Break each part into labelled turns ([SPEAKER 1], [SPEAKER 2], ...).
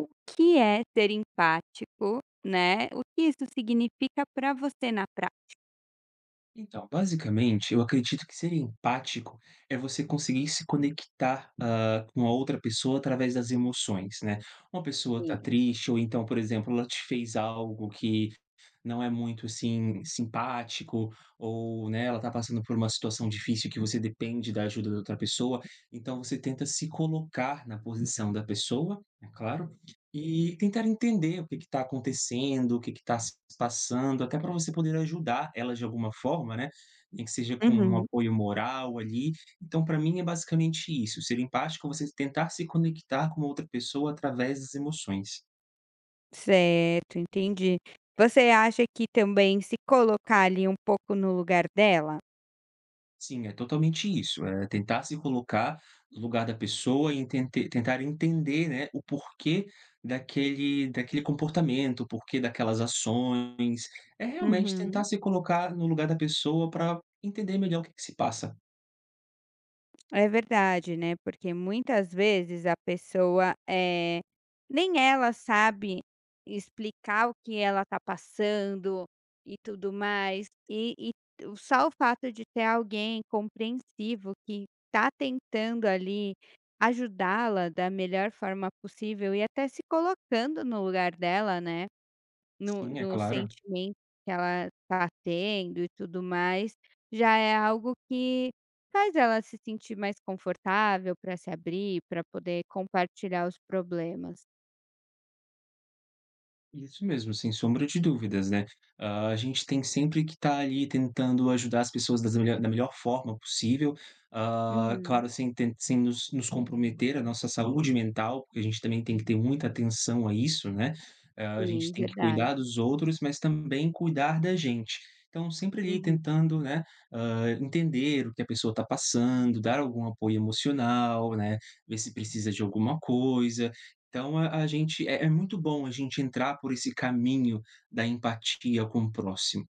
[SPEAKER 1] O que é ser empático, né, o que isso significa para você na prática?
[SPEAKER 2] Então, basicamente, eu acredito que ser empático é você conseguir se conectar, com a outra pessoa através das emoções, né. Uma pessoa
[SPEAKER 1] Sim.
[SPEAKER 2] tá triste ou então, por exemplo, ela te fez algo que não é muito, assim, simpático, ou, né, ela está passando por uma situação difícil que você depende da ajuda da outra pessoa, então você tenta se colocar na posição da pessoa, é claro, e tentar entender o que está acontecendo, o que está se passando, até para você poder ajudar ela de alguma forma, né, nem que seja com um
[SPEAKER 1] Uhum.
[SPEAKER 2] apoio moral ali. Então para mim é basicamente isso, ser empático, é você tentar se conectar com outra pessoa através das emoções.
[SPEAKER 1] Certo, entendi. Você acha que também se colocar ali um pouco no lugar dela?
[SPEAKER 2] Sim, é totalmente isso, é tentar se colocar no lugar da pessoa e tente tentar entender, né, o porquê daquele comportamento, o porquê daquelas ações. É realmente tentar
[SPEAKER 1] Uhum.
[SPEAKER 2] se colocar no lugar da pessoa para entender melhor o que que se passa.
[SPEAKER 1] É verdade, né, porque muitas vezes a pessoa, nem ela sabe explicar o que ela tá passando e tudo mais, e o só o fato de ter alguém compreensivo que tá tentando ali ajudá-la da melhor forma possível e até se colocando no lugar dela, né. No
[SPEAKER 2] Sim, é
[SPEAKER 1] no
[SPEAKER 2] claro.
[SPEAKER 1] sentimento que ela está tendo e tudo mais, já é algo que faz ela se sentir mais confortável para se abrir, para poder compartilhar os problemas.
[SPEAKER 2] Isso mesmo, sem sombra de dúvidas, né. A gente tem sempre que estar ali tentando ajudar as pessoas das melho da melhor forma possível,
[SPEAKER 1] Uhum.
[SPEAKER 2] claro, sem nos comprometer a nossa saúde mental, porque a gente também tem que ter muita atenção a isso, né. A gente
[SPEAKER 1] Sim,
[SPEAKER 2] tem que
[SPEAKER 1] verdade.
[SPEAKER 2] cuidar dos outros, mas também cuidar da gente. Então sempre ali
[SPEAKER 1] Uhum.
[SPEAKER 2] tentando, né, entender o que a pessoa está passando, dar algum apoio emocional, né, ver se precisa de alguma coisa, então a gente é muito bom a gente entrar por esse caminho da empatia com o próximo.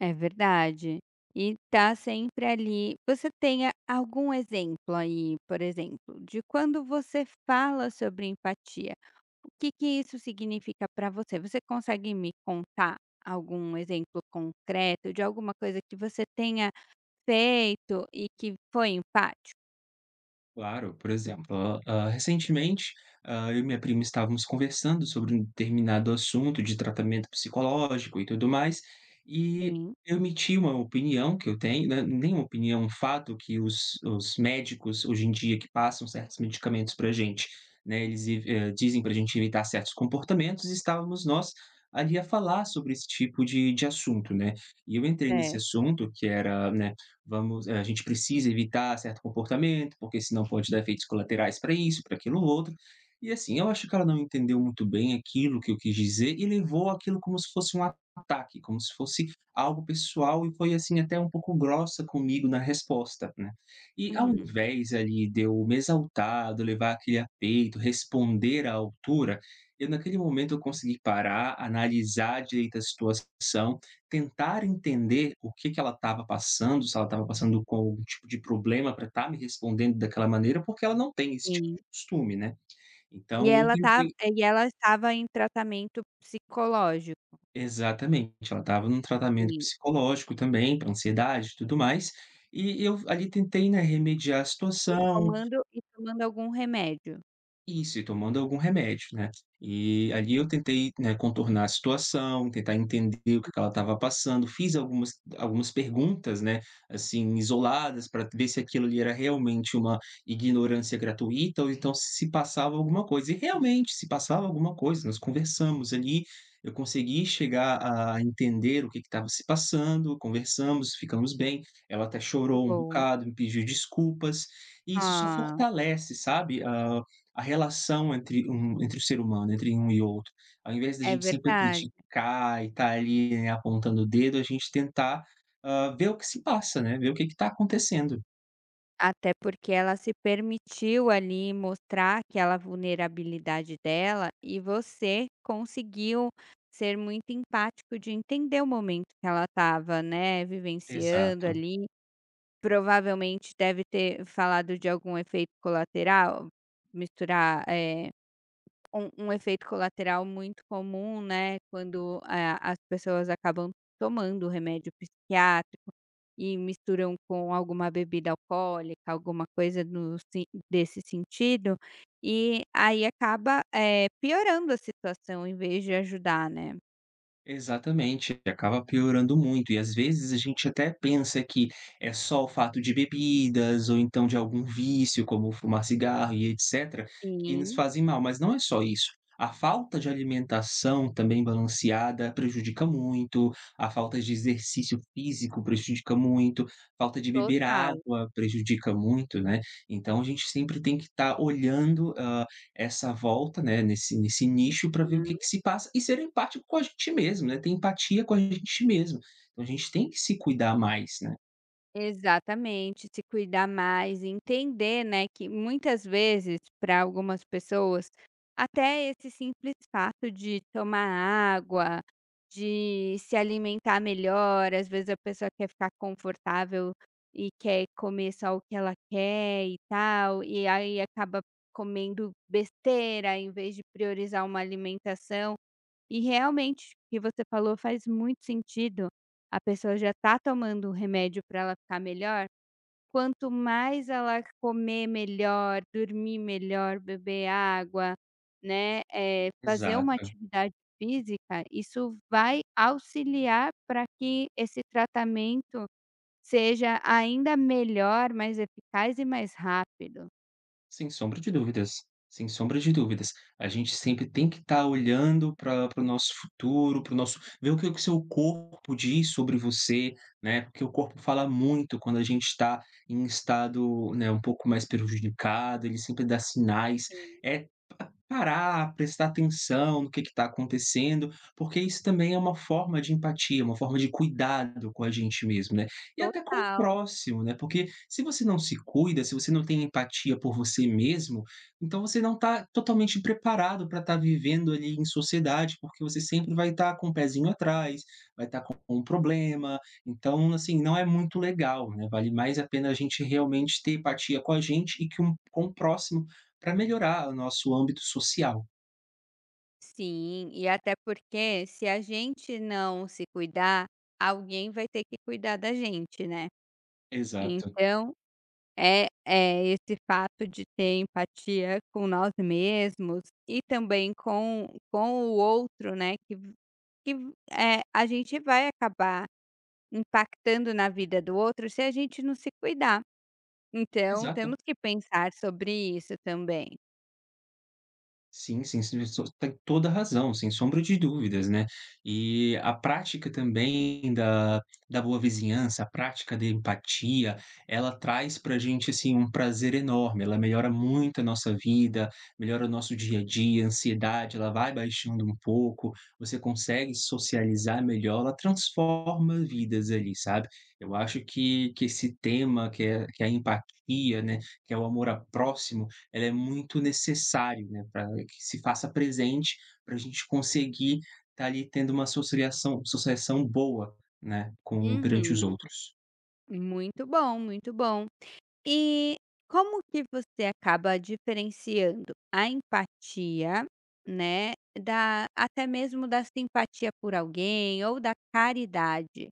[SPEAKER 1] É verdade. E tá sempre ali você tem a algum exemplo aí, por exemplo, de quando você fala sobre empatia, o que que isso significa para você? Você consegue me contar algum exemplo concreto de alguma coisa que você tenha feito e que foi empático?
[SPEAKER 2] Claro, por exemplo, recentemente, eu e minha prima estávamos conversando sobre um determinado assunto de tratamento psicológico e tudo mais, e
[SPEAKER 1] Sim,
[SPEAKER 2] eu emiti uma opinião que eu tenho, né, nem uma opinião, um fato que os médicos hoje em dia que passam certos medicamentos pra gente, né, eles dizem pra gente evitar certos comportamentos e estávamos nós ali a falar sobre esse tipo de assunto, né. E eu entrei nesse
[SPEAKER 1] certo.
[SPEAKER 2] assunto que era, né, a gente precisa evitar certo comportamento, porque senão pode dar efeitos colaterais para isso, para aquilo outro. E assim, eu acho que ela não entendeu muito bem aquilo que eu quis dizer e levou aquilo como se fosse um ataque, como se fosse algo pessoal e foi assim até um pouco grossa comigo na resposta, né. E ao
[SPEAKER 1] Uhum.
[SPEAKER 2] invés ali de eu me exaltar, de eu levar aquele a peito, responder à altura, eu naquele momento eu consegui parar, analisar direito a situação. Tentar entender o que que ela estava passando, se ela estava passando com algum tipo de problema para estar me respondendo daquela maneira, porque ela não tem esse tipo
[SPEAKER 1] Sim.
[SPEAKER 2] de costume, né. Então
[SPEAKER 1] E
[SPEAKER 2] eu
[SPEAKER 1] ela tá
[SPEAKER 2] tentei.
[SPEAKER 1] e ela estava em tratamento psicológico.
[SPEAKER 2] Exatamente, ela estava num tratamento
[SPEAKER 1] Sim.
[SPEAKER 2] psicológico também, para ansiedade e tudo mais, e eu ali tentei, né, remediar a
[SPEAKER 1] e
[SPEAKER 2] situação.
[SPEAKER 1] tomando e tomando algum remédio?
[SPEAKER 2] Isso, e tomando algum remédio, né. E ali eu tentei, né, contornar a situação, tentar entender o que que ela estava passando, fiz algumas perguntas, né, assim, isoladas para ver se aquilo ali era realmente uma ignorância gratuita ou então se passava alguma coisa. E realmente se passava alguma coisa, nós conversamos ali, eu consegui chegar a entender o que que estava se passando, conversamos, ficamos bem, ela até chorou um
[SPEAKER 1] Boa.
[SPEAKER 2] bocado, me pediu desculpas, e isso só
[SPEAKER 1] Ah,
[SPEAKER 2] fortalece, sabe, a relação entre o ser humano, entre um e outro, ao invés da
[SPEAKER 1] é
[SPEAKER 2] gente sempre
[SPEAKER 1] verdade.
[SPEAKER 2] criticar e estar ali, né, apontando o dedo, a gente tentar, ver o que se passa, né, ver o que está acontecendo.
[SPEAKER 1] Até porque ela se permitiu ali mostrar aquela vulnerabilidade dela e você conseguiu ser muito empático de entender o momento que ela estava, né, vivenciando
[SPEAKER 2] Exato.
[SPEAKER 1] ali. Provavelmente deve ter falado de algum efeito colateral, misturar, Um efeito colateral muito comum, né, quando a as pessoas acabam tomando remédio psiquiátrico e misturam com alguma bebida alcoólica, alguma coisa no se desse sentido, e aí acaba, piorando a situação em vez de ajudar, né.
[SPEAKER 2] Exatamente, acaba piorando muito e às vezes a gente até pensa que é só o fato de bebidas ou então de algum vício, como fumar cigarro e etc, que nos
[SPEAKER 1] Sim,
[SPEAKER 2] fazem mal, mas não é só isso. A falta de alimentação também balanceada prejudica muito, a falta de exercício físico prejudica muito, falta de beber
[SPEAKER 1] total.
[SPEAKER 2] água prejudica muito, né. Então a gente sempre tem que estar olhando, essa volta, né, nesse nicho para ver o que que se passa e ser empático com a gente mesmo, né, ter empatia com a gente mesmo. Então a gente tem que se cuidar mais, né.
[SPEAKER 1] Exatamente, se cuidar mais, e entender, né, que muitas vezes para algumas pessoas, até esse simples fato de tomar água, de se alimentar melhor, às vezes a pessoa quer ficar confortável e quer comer só o que ela quer e tal, e aí acaba comendo besteira em vez de priorizar uma alimentação. E realmente, o que você falou faz muito sentido. A pessoa já está tomando o remédio para ela ficar melhor. Quanto mais ela comer melhor, dormir melhor, beber água, né, fazer uma
[SPEAKER 2] Exato,
[SPEAKER 1] atividade física, isso vai auxiliar para que esse tratamento seja ainda melhor, mais eficaz e mais rápido.
[SPEAKER 2] sem sombra de dúvidas, sem sombra de dúvidas. A gente sempre tem que estar olhando para o nosso futuro, para o nosso ver o que o seu corpo diz sobre você, né, porque o corpo fala muito quando a gente está em estado, né, um pouco mais prejudicado, ele sempre dá sinais.
[SPEAKER 1] Sim,
[SPEAKER 2] É parar, prestar atenção no que está acontecendo, porque isso também é uma forma de empatia, uma forma de cuidado com a gente mesmo, né. E até com o
[SPEAKER 1] total.
[SPEAKER 2] próximo, né, porque se você não se cuida, se você não tem empatia por você mesmo, então você não está totalmente preparado para estar vivendo ali em sociedade, porque você sempre vai estar com o pezinho atrás, vai estar com um problema, então, assim, não é muito legal, né, vale mais a pena a gente realmente ter empatia com a gente e que um com o próximo para melhorar o nosso âmbito social.
[SPEAKER 1] Sim, e até porque se a gente não se cuidar, alguém vai ter que cuidar da gente, né.
[SPEAKER 2] Exato,
[SPEAKER 1] Então, é esse fato de ter empatia com nós mesmos e também com o outro, né, a gente vai acabar impactando na vida do outro se a gente não se cuidar. Então,
[SPEAKER 2] exato.
[SPEAKER 1] temos que pensar sobre isso também.
[SPEAKER 2] Sim, sim, sim, isso tem toda a razão, sem sombra de dúvidas, né. E a prática também da boa vizinhança, a prática da empatia, ela traz pra gente, assim, um prazer enorme, ela melhora muito a nossa vida, melhora o nosso dia a dia, a ansiedade, ela vai baixando um pouco, você consegue socializar melhor, ela transforma vidas ali, sabe. Eu acho que esse tema que é a empatia, né, que é o amor ao próximo, ela é muito necessário, né, para que se faça presente, para a gente conseguir estar ali tendo uma socialização boa, né, com perante os
[SPEAKER 1] Uhum.
[SPEAKER 2] outros.
[SPEAKER 1] Muito bom, muito bom. E como que você acaba diferenciando a empatia, né, da até mesmo da simpatia por alguém ou da caridade?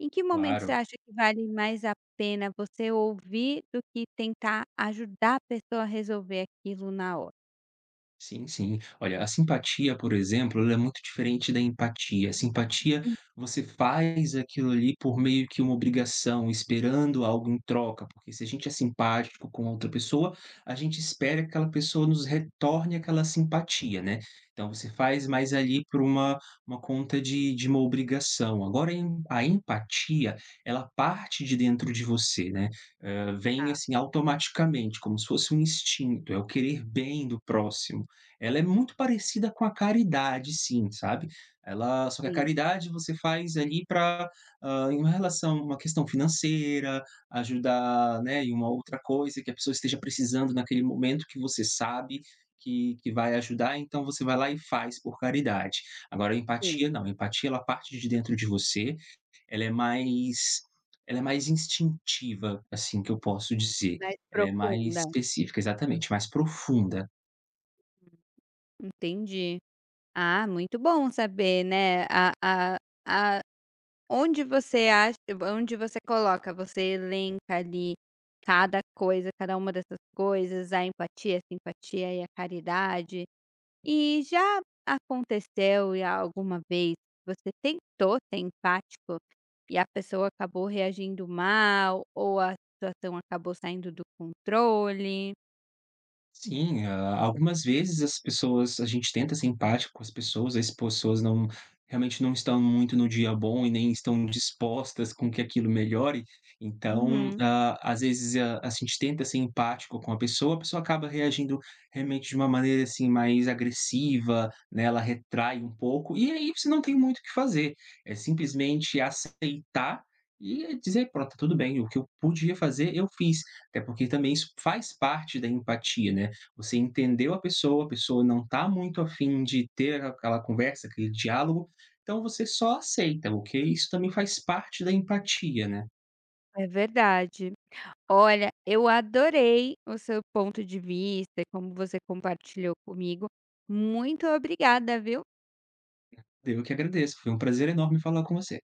[SPEAKER 1] Em que momento você
[SPEAKER 2] Claro.
[SPEAKER 1] acha que vale mais a pena você ouvir do que tentar ajudar a pessoa a resolver aquilo na hora?
[SPEAKER 2] Sim, sim. Olha, a simpatia, por exemplo, ela é muito diferente da empatia. A simpatia,
[SPEAKER 1] Hum,
[SPEAKER 2] você faz aquilo ali por meio que uma obrigação, esperando algo em troca, porque se a gente é simpático com outra pessoa, a gente espera que aquela pessoa nos retorne aquela simpatia, né? Então você faz mais ali por uma conta de uma obrigação. Agora, a empatia, ela parte de dentro de você, né? Vem
[SPEAKER 1] tá.
[SPEAKER 2] assim automaticamente, como se fosse um instinto, é o querer bem do próximo. Ela é muito parecida com a caridade sim, sabe. Ela só que a
[SPEAKER 1] Sim,
[SPEAKER 2] caridade você faz ali para em uma relação uma questão financeira, ajudar, né, em uma outra coisa que a pessoa esteja precisando naquele momento que você sabe que vai ajudar, então você vai lá e faz por caridade. Agora a
[SPEAKER 1] sim,
[SPEAKER 2] empatia não, a empatia ela parte de dentro de você, ela é mais ela é mais instintiva, assim, que eu posso dizer.
[SPEAKER 1] mais
[SPEAKER 2] Ela é mais
[SPEAKER 1] profunda.
[SPEAKER 2] específica, exatamente, mais profunda.
[SPEAKER 1] Entendi. Ah, muito bom saber, né, a onde você acha onde você coloca? Você elenca ali cada coisa, cada uma dessas coisas, a empatia, a simpatia e a caridade. E já aconteceu alguma vez que você tentou ser empático e a pessoa acabou reagindo mal ou a situação acabou saindo do controle?
[SPEAKER 2] Sim, algumas vezes as pessoas a gente tenta ser empático com as pessoas não realmente não estão muito no dia bom e nem estão dispostas com que aquilo melhore, então,
[SPEAKER 1] Uhum,
[SPEAKER 2] às vezes a gente tenta ser empático com a pessoa acaba reagindo realmente de uma maneira, assim, mais agressiva, né, ela retrai um pouco, e aí você não tem muito o que fazer, é simplesmente aceitar e dizer: "Pronto, tá tudo bem, o que eu podia fazer, eu fiz". Até porque também isso faz parte da empatia, né. Você entendeu a pessoa não está muito afim de ter aquela conversa, aquele diálogo, então você só aceita, ok. Isso também faz parte da empatia, né.
[SPEAKER 1] é verdade. Olha, eu adorei o seu ponto de vista, como você compartilhou comigo. Muito obrigada, viu?
[SPEAKER 2] Eu que agradeço, foi um prazer enorme falar com você.